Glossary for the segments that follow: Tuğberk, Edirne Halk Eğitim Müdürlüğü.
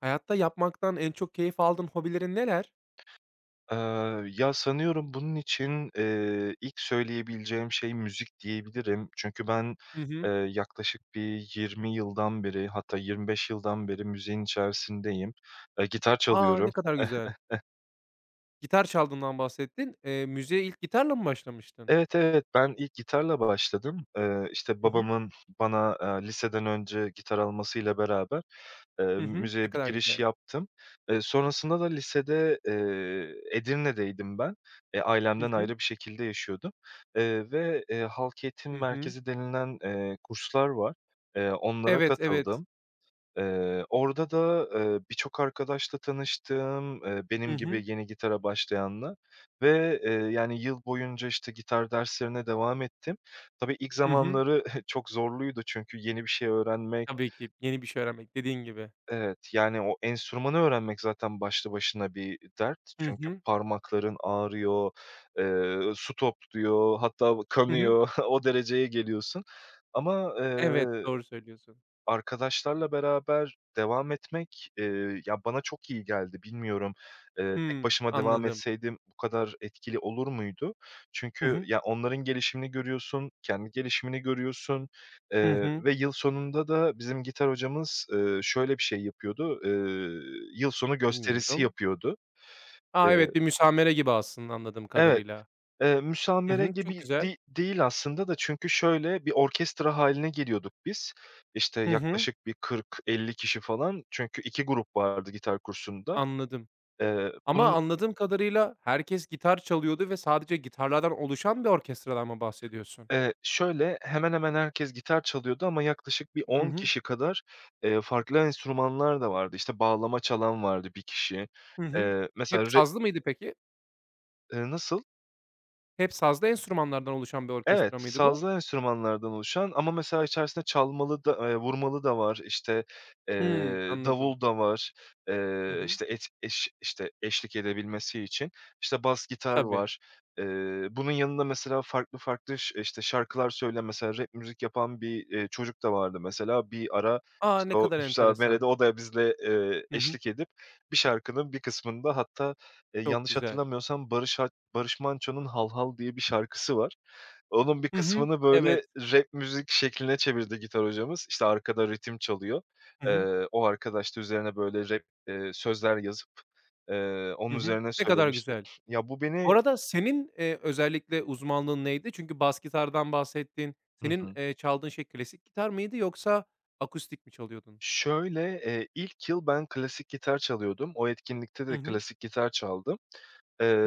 Hayatta yapmaktan en çok keyif aldığın hobilerin neler? Ya, sanıyorum bunun için, ilk söyleyebileceğim şey müzik diyebilirim. Çünkü ben, Hı hı. yaklaşık bir 20 yıldan beri hatta 25 yıldan beri müziğin içerisindeyim. Gitar A! çalıyorum. Ne kadar Eh güzel. Gitar çaldığından bahsettin. Müziğe ilk gitarla mı başlamıştın? Evet, evet, ben ilk gitarla başladım. İşte, Hı hı. babamın bana, liseden önce gitar almasıyla beraber Hı hı. Ne müzeye bir kadar giriş güzel. yaptım. Sonrasında da lisede, Edirne'deydim ben. Hı Ailemden hı. ayrı bir şekilde yaşıyordum, ve, halk eğitim Hı hı. merkezi denilen, kurslar var. Onlara Evet, evet. katıldım. Orada da, birçok arkadaşla tanıştım, Hı benim gibi hı. yeni gitara başlayanla ve, yani, yıl boyunca, işte, gitar derslerine devam ettim. Tabii ilk Hı hı. zamanları çok zorluydu çünkü yeni bir şey öğrenmek. Tabii ki yeni bir şey öğrenmek dediğin gibi. Evet, yani o enstrümanı öğrenmek zaten başlı başına bir dert. Hı Çünkü hı. parmakların ağrıyor, su topluyor, hatta Hı hı. kanıyor. O dereceye geliyorsun ama, Evet, doğru söylüyorsun. arkadaşlarla beraber devam etmek, ya, bana çok iyi geldi. Bilmiyorum, tek Hımm, başıma devam anladım. etseydim bu kadar etkili olur muydu? Hı Çünkü, hı. ya, onların gelişimini görüyorsun, kendi gelişimini görüyorsun, Hı hı. ve yıl sonunda da bizim gitar hocamız, şöyle bir şey yapıyordu, yıl sonu gösterisi Dinliyorum. yapıyordu. Eee A, evet, bir müsamere gibi aslında anladığım Evet. kadarıyla. Hı Müsamere hı. Çok gibi güzel. de değil aslında da çünkü şöyle, bir orkestra hâline geliyorduk biz. İşte, Hı hı. yaklaşık bir 40-50 kişi falan çünkü 2 grup vardı gitar kursunda. Anladım. Ama Bunun anladığım kadarıyla herkes gitar çalıyordu ve sadece gitarlardan oluşan bir orkestradan mı bahsediyorsun? Şöyle, hemen hemen herkes gitar çalıyordu ama yaklaşık bir Hı 10 hı. kişi kadar, farklı enstrümanlar da vardı. İşte, bağlama çalan vardı bir kişi. Hı hı. Hep Mesela re sazlı mıydı peki? Nasıl? Hep sazlı enstrümanlardan oluşan bir Evet, orkestra mıydı bu? sazlı enstrümanlardan oluşan ama mesela içerisinde çalmalı da, vurmalı da var, işte, eee, Hımm, anladım. davul da var, Hı hı. işte, et eş işte, eşlik edebilmesi için. İşte, bas gitar Tabii. var. Bunun yanında mesela farklı farklı işte, şarkılar söyleyen, mesela rap müzik yapan bir, çocuk da vardı mesela. Bir ara, A, işte, ne o kadar müsamerede enteresan. o da bizle, Hı hı. eşlik edip bir şarkının bir kısmında hatta, Çok yanlış güzel. hatırlamıyorsam Barış Manço'nun "Hal Hal" diye bir şarkısı var. Onun bir Hı hı. kısmını, Evet. böyle, rap müzik şekline çevirdi gitar hocamız. İşte, arkada ritim çalıyor. Hı hı. O arkadaş da üzerine, böyle, rap, sözler yazıp, onun Hı hı. üzerine Ne kadar söylemişti. güzel. Ya, bu Bu beni... arada senin, özellikle uzmanlığın neydi? Çünkü bas gitardan bahsettin. Hı Senin, hı. Çaldığın şey klasik gitar mıydı yoksa akustik mi çalıyordun? Şöyle, ilk yıl ben klasik gitar çalıyordum. O etkinlikte Hı de hı. klasik gitar çaldım.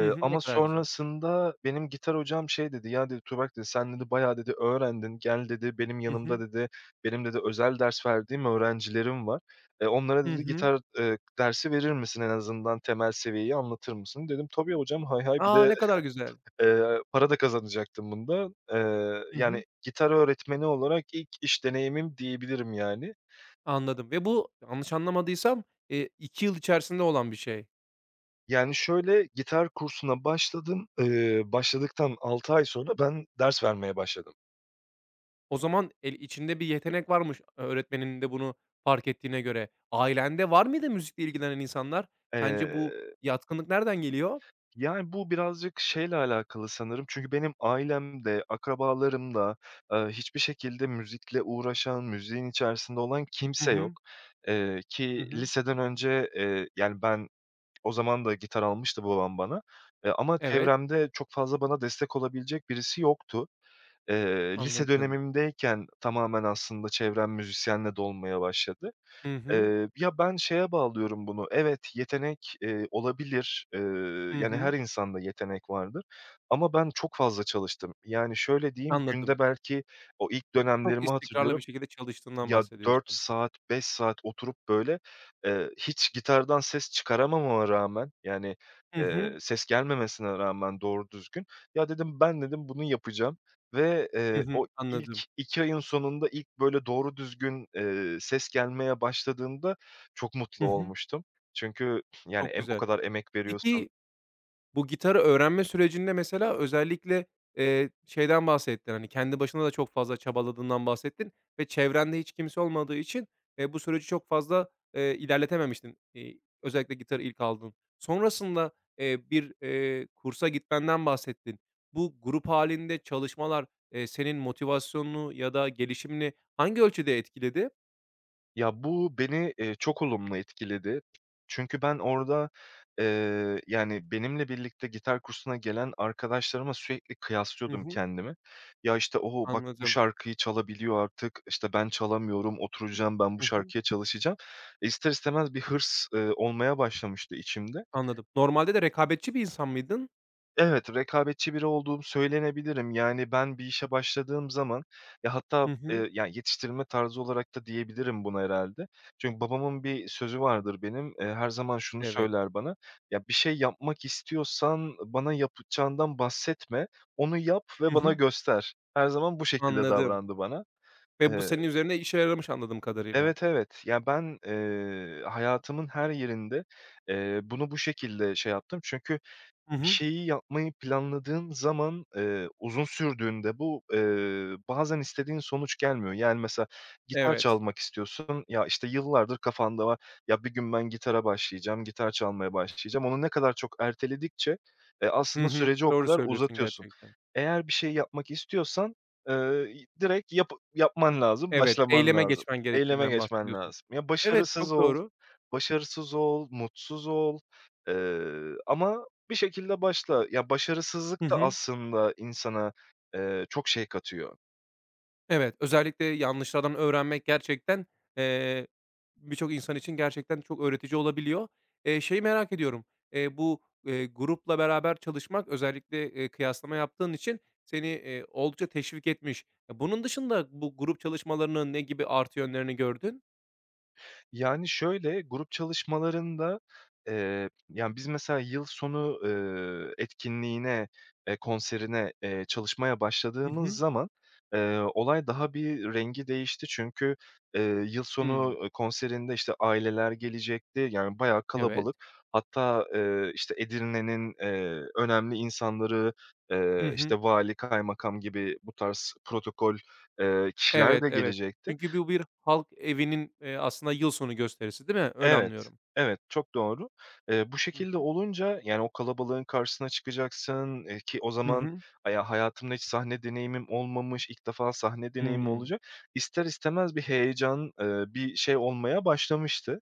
Hı hı. Ama Ne kadar güzel. sonrasında benim gitar hocam şey dedi, "Ya," dedi, "Tuğberk," dedi, "sen," dedi, "bayağı," dedi, "öğrendin. Gel," dedi, "benim Hı yanımda," hı. dedi, "benim," dedi, "özel ders verdiğim öğrencilerim var. Onlara," Hı dedi, hı. "gitar, dersi verir misin? En azından temel seviyeyi anlatır mısın?" Dedim, "Tabii hocam, hay hay." Bir A, de, ne kadar güzel. Para da kazanacaktım bunda. Hı Yani hı. gitar öğretmeni olarak ilk iş deneyimim diyebilirim yani. Anladım ve bu yanlış anlamadıysam, 2 yıl içerisinde olan bir şey. Yani, şöyle, gitar kursuna başladım. Başladıktan 6 ay sonra ben ders vermeye başladım. O zaman el içinde bir yetenek varmış e, öğretmenin de bunu fark ettiğine göre. Ailende var mıydı müzikle ilgilenen insanlar? Sence bu Eee, yatkınlık nereden geliyor? Yani, bu birazcık şeyle alakalı sanırım çünkü benim ailemde, akrabalarımda, hiçbir şekilde müzikle uğraşan, müziğin içerisinde olan Hı kimse yok. hı. Hı Ki hı. liseden önce, yani, ben o zaman da gitar almıştı babam bana, ama Evet, çevremde çok fazla bana destek olabilecek birisi yoktu. Lise anladım. dönemimdeyken tamamen aslında çevrem müzisyenle dolmaya başladı. Hı hı. Ya, ben şeye bağlıyorum bunu, evet, yetenek, olabilir, Hı yani, her hı. insanda yetenek vardır ama ben çok fazla çalıştım. Yani, şöyle diyeyim, günde Anladım. belki... o ilk Çok dönemlerimi istikrarlı bir hatırlıyorum. şekilde çalıştığından Ya, 4 bahsediyorsun. saat, 5 saat oturup, böyle, hiç gitardan ses çıkaramamama rağmen, yani, Hı hı. ses gelmemesine rağmen doğru düzgün, "Ya," dedim, "ben," dedim, "bunu yapacağım." Ve, Hı hı. o ilk Anladım. 2 ayın sonunda ilk, böyle, doğru düzgün, ses gelmeye başladığında çok Hı mutlu hı. olmuştum. Çünkü, yani, Çok o güzel. kadar emek veriyorsun. Peki, bu gitarı öğrenme sürecinde mesela özellikle, şeyden bahsettin, hani, kendi başına da çok fazla çabaladığından bahsettin ve çevrende hiç kimse olmadığı için, bu süreci çok fazla, ilerletememiştin, özellikle gitarı ilk aldın. Sonrasında, bir, kursa gitmenden bahsettin. Bu grup hâlinde çalışmalar, senin motivasyonunu ya da gelişimini hangi ölçüde etkiledi? Ya, bu beni, çok olumlu etkiledi. Çünkü ben orada, yani, benimle birlikte gitar kursuna gelen arkadaşlarıma sürekli Hı kıyaslıyordum hı. kendimi. Ya, işte, "O, bak bu Anladım. şarkıyı çalabiliyor artık, işte, ben çalamıyorum, oturacağım ben bu Hı hı. şarkıya çalışacağım." İster istemez bir hırs, olmaya başlamıştı içimde. Anladım. Normalde de rekabetçi bir insan mıydın? Evet, rekabetçi biri olduğum söylenebilirim. Yani, ben bir işe başladığım zaman ya, hatta, Hı hı. Ya, yetiştirilme tarzı olarak da diyebilirim buna herhalde. Çünkü babamın bir sözü vardır benim. Her zaman şunu Evet. söyler bana: "Ya, bir şey yapmak istiyorsan bana yapacağından bahsetme, onu yap ve Hı bana hı. göster." Her zaman bu şekilde Anladım. davrandı bana. Ve bu Eee senin üzerinde işe yaramış anladığım kadarıyla. Evet, evet. Ya, ben, hayatımın her yerinde, bunu bu şekilde şey yaptım. Çünkü Hı bir hı. şeyi yapmayı planladığın zaman, uzun sürdüğünde bu, bazen istediğin sonuç gelmiyor. Yani, mesela gitar Evet. çalmak istiyorsun. Ya, işte, yıllardır kafanda var. Ya, bir gün ben gitara başlayacağım, gitar çalmaya başlayacağım. Onu ne kadar çok erteledikçe, Hı aslında hı. süreci o Doğru kadar söylüyorsun uzatıyorsun. gerçekten. Eğer bir şey yapmak istiyorsan, eee, direkt yapman lazım, Evet, başlaman eyleme lazım. geçmen Eyleme gerektiğinden geçmen bahsediyorsun. lazım. Ya, Evet, başarısız çok ol, doğru. başarısız ol, mutsuz ol, ama bir şekilde başla. Ya, Hı başarısızlık da hı. aslında insana, çok şey katıyor. Evet, özellikle yanlışlardan öğrenmek gerçekten, eee, birçok insan için gerçekten çok öğretici olabiliyor. Şeyi merak ediyorum, bu, grupla beraber çalışmak özellikle, kıyaslama yaptığın için seni, oldukça teşvik etmiş. Bunun dışında bu grup çalışmalarının ne gibi artı yönlerini gördün? Yani, şöyle, grup çalışmalarında, yani, biz mesela yıl sonu, etkinliğine, konserine, çalışmaya Hı başladığımız hı. zaman, olay daha bir rengi değişti. Çünkü, eee, yıl Hımm. sonu, konserinde, işte, aileler gelecekti. Yani, bayağı Evet. kalabalık. Hatta, işte, Edirne'nin, önemli insanları, Hı işte, hı. vali, kaymakam gibi bu tarz protokol, kişiler Evet, de evet. gelecekti. Çünkü bu bir halk evinin, aslında yıl sonu gösterisi, değil mi? Öyle Evet, anlıyorum. evet, çok doğru. Bu Hı şekilde hı. olunca, yani, o kalabalığın karşısına çıkacaksın, ki o Hı zaman hı. Hayatımda hiç sahne deneyimim olmamış, ilk defa sahne deneyimi Hımm. olacak. İster istemez bir heyecan, bir şey olmaya başlamıştı.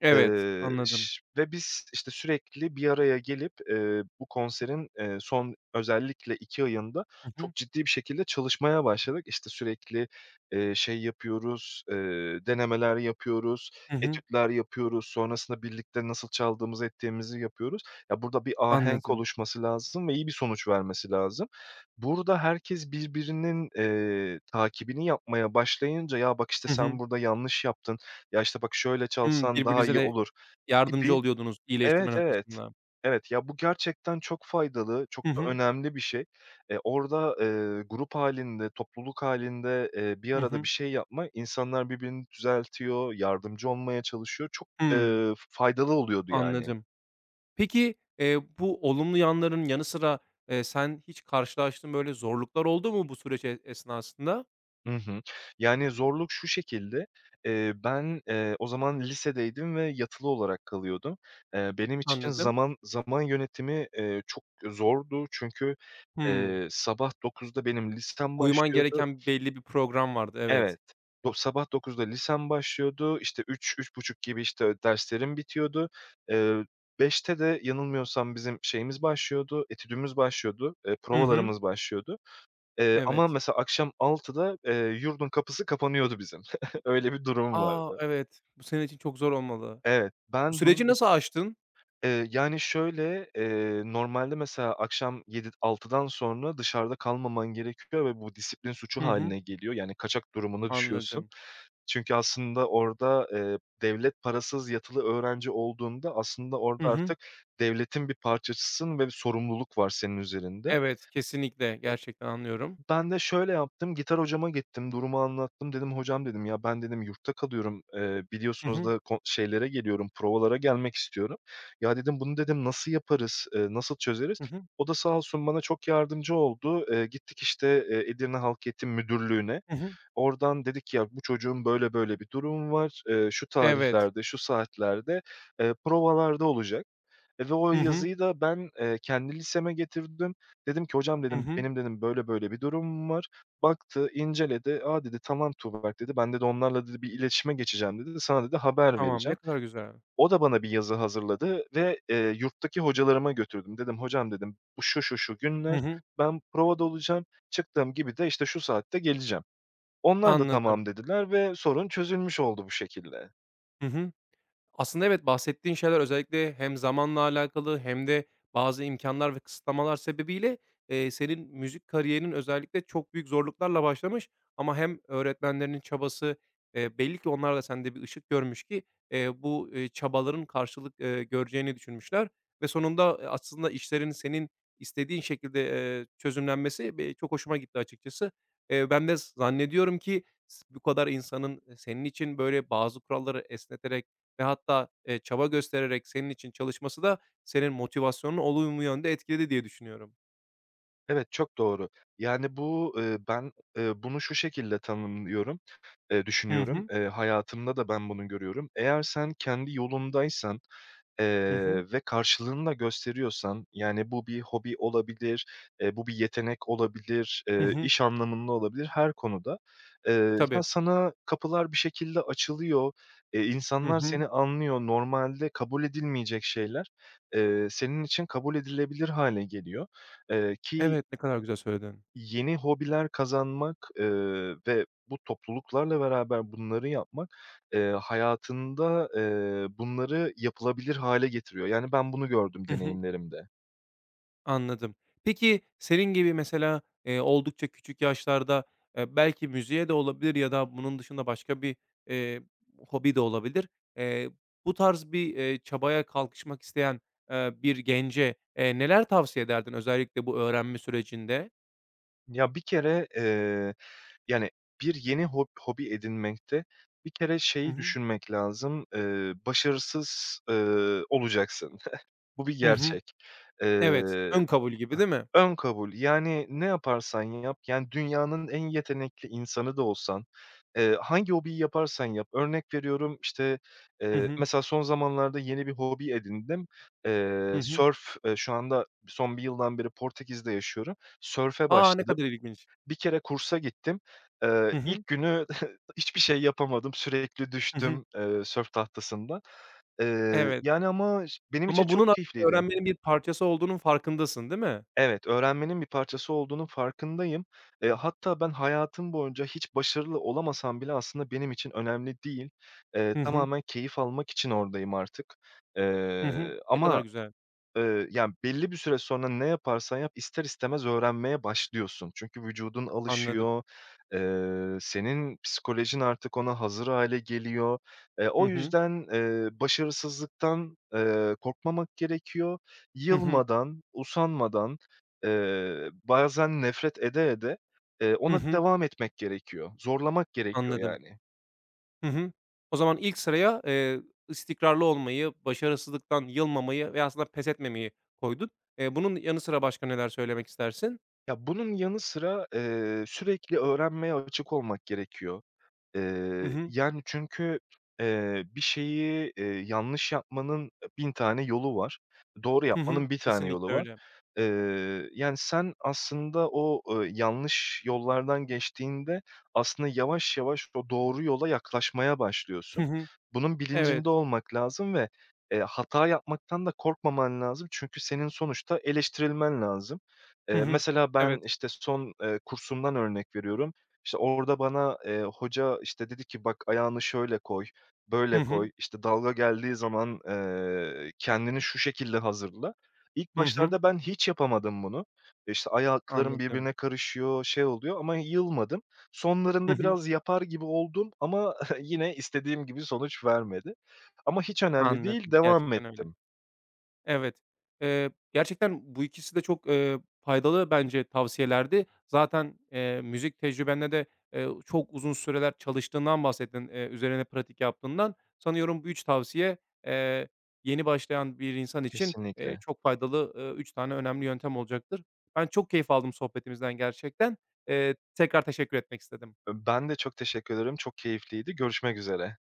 Evet, anladım. Ş Ve biz, işte, sürekli bir araya gelip, bu konserin, son özellikle 2 ayında Hı hı. çok ciddi bir şekilde çalışmaya başladık. İşte, sürekli, şey yapıyoruz, denemeler yapıyoruz, Hı hı. etütler yapıyoruz, sonrasında birlikte nasıl çaldığımızı ettiğimizi yapıyoruz. Ya, burada bir ahenk Anladım. oluşması lazım ve iyi bir sonuç vermesi lazım. Burada herkes birbirinin, takibini yapmaya başlayınca, "Ya, bak, işte, Hı sen hı. burada yanlış yaptın. Ya, işte, bak şöyle Hımm, çalsan daha birbirinize iyi de olur" yardımcı gibi. oluyordunuz Evet, iyileştirme evet. noktasında. Evet, ya, bu gerçekten çok faydalı, çok Hı da hı. önemli bir şey. Orada, grup hâlinde, topluluk hâlinde, bir Hı arada bir hı. şey yapma, insanlar birbirini düzeltiyor, yardımcı olmaya çalışıyor. Çok, Hımm, faydalı oluyordu yani. anladım. Peki, bu olumlu yanların yanı sıra, sen hiç karşılaştığın böyle zorluklar oldu mu bu süreç esnasında? Hı hı. Yani, zorluk şu şekilde: Ben, o zaman lisedeydim ve yatılı olarak kalıyordum. Benim için Anladım. zaman zaman yönetimi, çok zordu çünkü, Hımm. Sabah 9'da benim lisem Uyman başlıyordu. gereken belli bir program vardı. Evet. Evet, sabah 9'da lisem başlıyordu. İşte, üç üç buçuk gibi, işte, derslerim bitiyordu. Eee, 17.00'te de yanılmıyorsam bizim şeyimiz başlıyordu, etüdümüz başlıyordu, Hı hı. provalarımız başlıyordu. Ama Evet. mesela akşam 6'da yurdun kapısı kapanıyordu bizim. Öyle bir durum A! vardı. Evet, bu senin için çok zor olmalı. Evet, Bu ben bunun süreci nasıl için... aştın? Yani, şöyle, normalde mesela akşam 7 altıdan sonra dışarıda kalmaman gerekiyor ve bu disiplin suçu Hı hı. haline geliyor. Yani, kaçak durumuna düşüyorsun. Anladım. Çünkü aslında orada, devlet parasız yatılı öğrenci olduğunda aslında Hı orada hı. artık devletin bir parçasısın ve bir sorumluluk var senin üzerinde. Evet, kesinlikle, gerçekten anlıyorum. Ben de şöyle yaptım, gitar hocama gittim, durumu anlattım. Dedim, "Hocam," dedim, "ya, ben," dedim, "yurtta kalıyorum. Hı Biliyorsunuz hı. da şeylere geliyorum, provalara gelmek istiyorum. Ya," dedim, "bunu," dedim, "nasıl yaparız, nasıl çözeriz?" Hı hı. O da sağ olsun bana çok yardımcı oldu. Gittik, işte, Edirne Halk Eğitim Müdürlüğü'ne. Hı hı. Oradan dedik ki, "Ya, bu çocuğun böyle böyle bir durumu var. Şu Evet. tarihlerde, şu saatlerde, provalarda olacak." Ve o Hı hı. yazıyı da ben, kendi liseme getirdim. Dedim ki, "Hocam," Hı dedim, hı. "benim," dedim, "böyle böyle bir durumum var." Baktı, inceledi. "A," dedi, "tamam Tuğberk," dedi, "ben," dedi, "onlarla," dedi, "bir iletişime geçeceğim," dedi, "sana," dedi, "haber Tamam, ne vereceğim." kadar güzel. O da bana bir yazı hazırladı ve, yurttaki hocalarıma götürdüm. Dedim, "Hocam," dedim, "bu şu şu şu Hı günler hı. ben provada olacağım. Çıktığım gibi de, işte, şu saatte geleceğim." Onlar da Anladım. "Tamam." dediler ve sorun çözülmüş oldu bu şekilde. Hı hı. Aslında evet, bahsettiğin şeyler özellikle hem zamanla alakalı hem de bazı imkanlar ve kısıtlamalar sebebiyle, senin müzik kariyerinin özellikle çok büyük zorluklarla başlamış ama hem öğretmenlerinin çabası, belli ki onlar da sende bir ışık görmüş ki, bu, çabaların karşılık, göreceğini düşünmüşler ve sonunda, aslında işlerin senin istediğin şekilde, çözümlenmesi çok hoşuma gitti açıkçası. Ben de zannediyorum ki bu kadar insanın, senin için böyle bazı kuralları esneterek ve hatta, çaba göstererek senin için çalışması da senin motivasyonunu olumlu yönde etkiledi diye düşünüyorum. Evet, çok doğru. Yani, bu, ben, bunu şu şekilde tanımlıyorum, Hı düşünüyorum. hı. Hayatımda da ben bunu görüyorum. Eğer sen kendi yolundaysan Hı hı. Ve karşılığını da gösteriyorsan, yani, bu bir hobi olabilir, bu bir yetenek olabilir, Hı hı. iş anlamında olabilir, her konuda. Ya, Tabii. sana kapılar bir şekilde açılıyor, Hı insanlar hı. seni anlıyor. Normalde kabul edilmeyecek şeyler, senin için kabul edilebilir hâle geliyor, ki Evet, ne kadar güzel söyledin. yeni hobiler kazanmak, ve bu topluluklarla beraber bunları yapmak, hayatında, bunları yapılabilir hale getiriyor. Yani, ben bunu gördüm Hı hı. deneyimlerimde. Anladım. Peki, senin gibi mesela, oldukça küçük yaşlarda, belki müziğe de olabilir ya da bunun dışında başka bir, eee, hobi de olabilir. Eee, Bu tarz bir, çabaya kalkışmak isteyen, bir gence, neler tavsiye ederdin özellikle bu öğrenme sürecinde? Ya, bir kere, yani, bir yeni hobi edinmekte bir kere Hı şeyi hı. düşünmek lazım, başarısız, olacaksın. Bu bir Hı hı. gerçek. Eee Evet, ön kabul gibi değil mi? Ön kabul. Yani ne yaparsan yap, yani dünyanın en yetenekli insanı da olsan, hangi hobiyi yaparsan yap, örnek veriyorum, işte, Hı hı. mesela son zamanlarda yeni bir hobi edindim. Hı hı. Sörf. Şu anda son bir yıldan beri Portekiz'de yaşıyorum. Sörfe A, ne başladım. kadar ilginç. Bir kere kursa gittim. Hı hı. İlk günü hiçbir şey yapamadım. Sürekli Hı hı. düştüm, sörf tahtasından. Evet, Yani ama benim için ama bunun çok aslında keyifliydi. öğrenmenin bir parçası olduğunun farkındasın, değil mi? Evet, öğrenmenin bir parçası olduğunun farkındayım. Hatta ben hayatım boyunca hiç başarılı olamasam bile aslında benim için önemli değil. Hı hı. Tamamen keyif almak için oradayım artık. Hı hı. Ne kadar Ama güzel. Yani, belli bir süre sonra ne yaparsan yap ister istemez öğrenmeye başlıyorsun. Çünkü vücudun Anladım. alışıyor, senin psikolojin artık ona hazır hale geliyor. Hı O hı. yüzden, başarısızlıktan, korkmamak gerekiyor. Hı hı. Yılmadan, usanmadan, bazen nefret ede ede, Hı ona hı. devam etmek gerekiyor. Zorlamak gerekiyor, Anladım. yani. Hı hı. O zaman ilk sıraya, istikrarlı olmayı, başarısızlıktan yılmamayı ve aslında pes etmemeyi koydun. Bunun yanı sıra başka neler söylemek istersin? Ya, bunun yanı sıra, sürekli öğrenmeye açık olmak gerekiyor. Hı hı. Yani, çünkü, bir şeyi, yanlış yapmanın, 1000 tane yolu var. Doğru Hı hı. yapmanın bir tane yolu Kesinlikle var. öyle. Yani, sen aslında o, yanlış yollardan geçtiğinde aslında yavaş yavaş o doğru yola yaklaşmaya Hı başlıyorsun. hı. Bunun Evet. bilincinde olmak lazım ve, hata yapmaktan da korkmaman lazım. Çünkü senin sonuçta eleştirilmen lazım. Hı hı. Mesela ben, Evet. işte, son, kursumdan örnek veriyorum. İşte, orada bana, hoca, işte, dedi ki, "Bak ayağını şöyle koy, Hı böyle hı. koy, işte, dalga geldiği zaman, kendini şu şekilde hazırla." İlk Hı hı. başlarda ben hiç yapamadım bunu. İşte, ayaklarım Anladım. birbirine karışıyor, şey oluyor ama yılmadım. Hı Sonlarında hı. biraz yapar gibi oldum ama yine istediğim gibi sonuç vermedi. Ama hiç önemli değil, Anladım. devam Gerçekten öyle. ettim. Evet. Gerçekten bu ikisi de çok, faydalı bence tavsiyelerdi. Zaten, müzik tecrübenle de, çok uzun süreler çalıştığından bahsettin, üzerine pratik yaptığından. Sanıyorum bu 3 tavsiye, eee, yeni başlayan bir insan için, Kesinlikle. çok faydalı, 3 tane önemli yöntem olacaktır. Ben çok keyif aldım sohbetimizden gerçekten. Tekrar teşekkür etmek istedim. Ben de çok teşekkür ederim. Çok keyifliydi. Görüşmek üzere.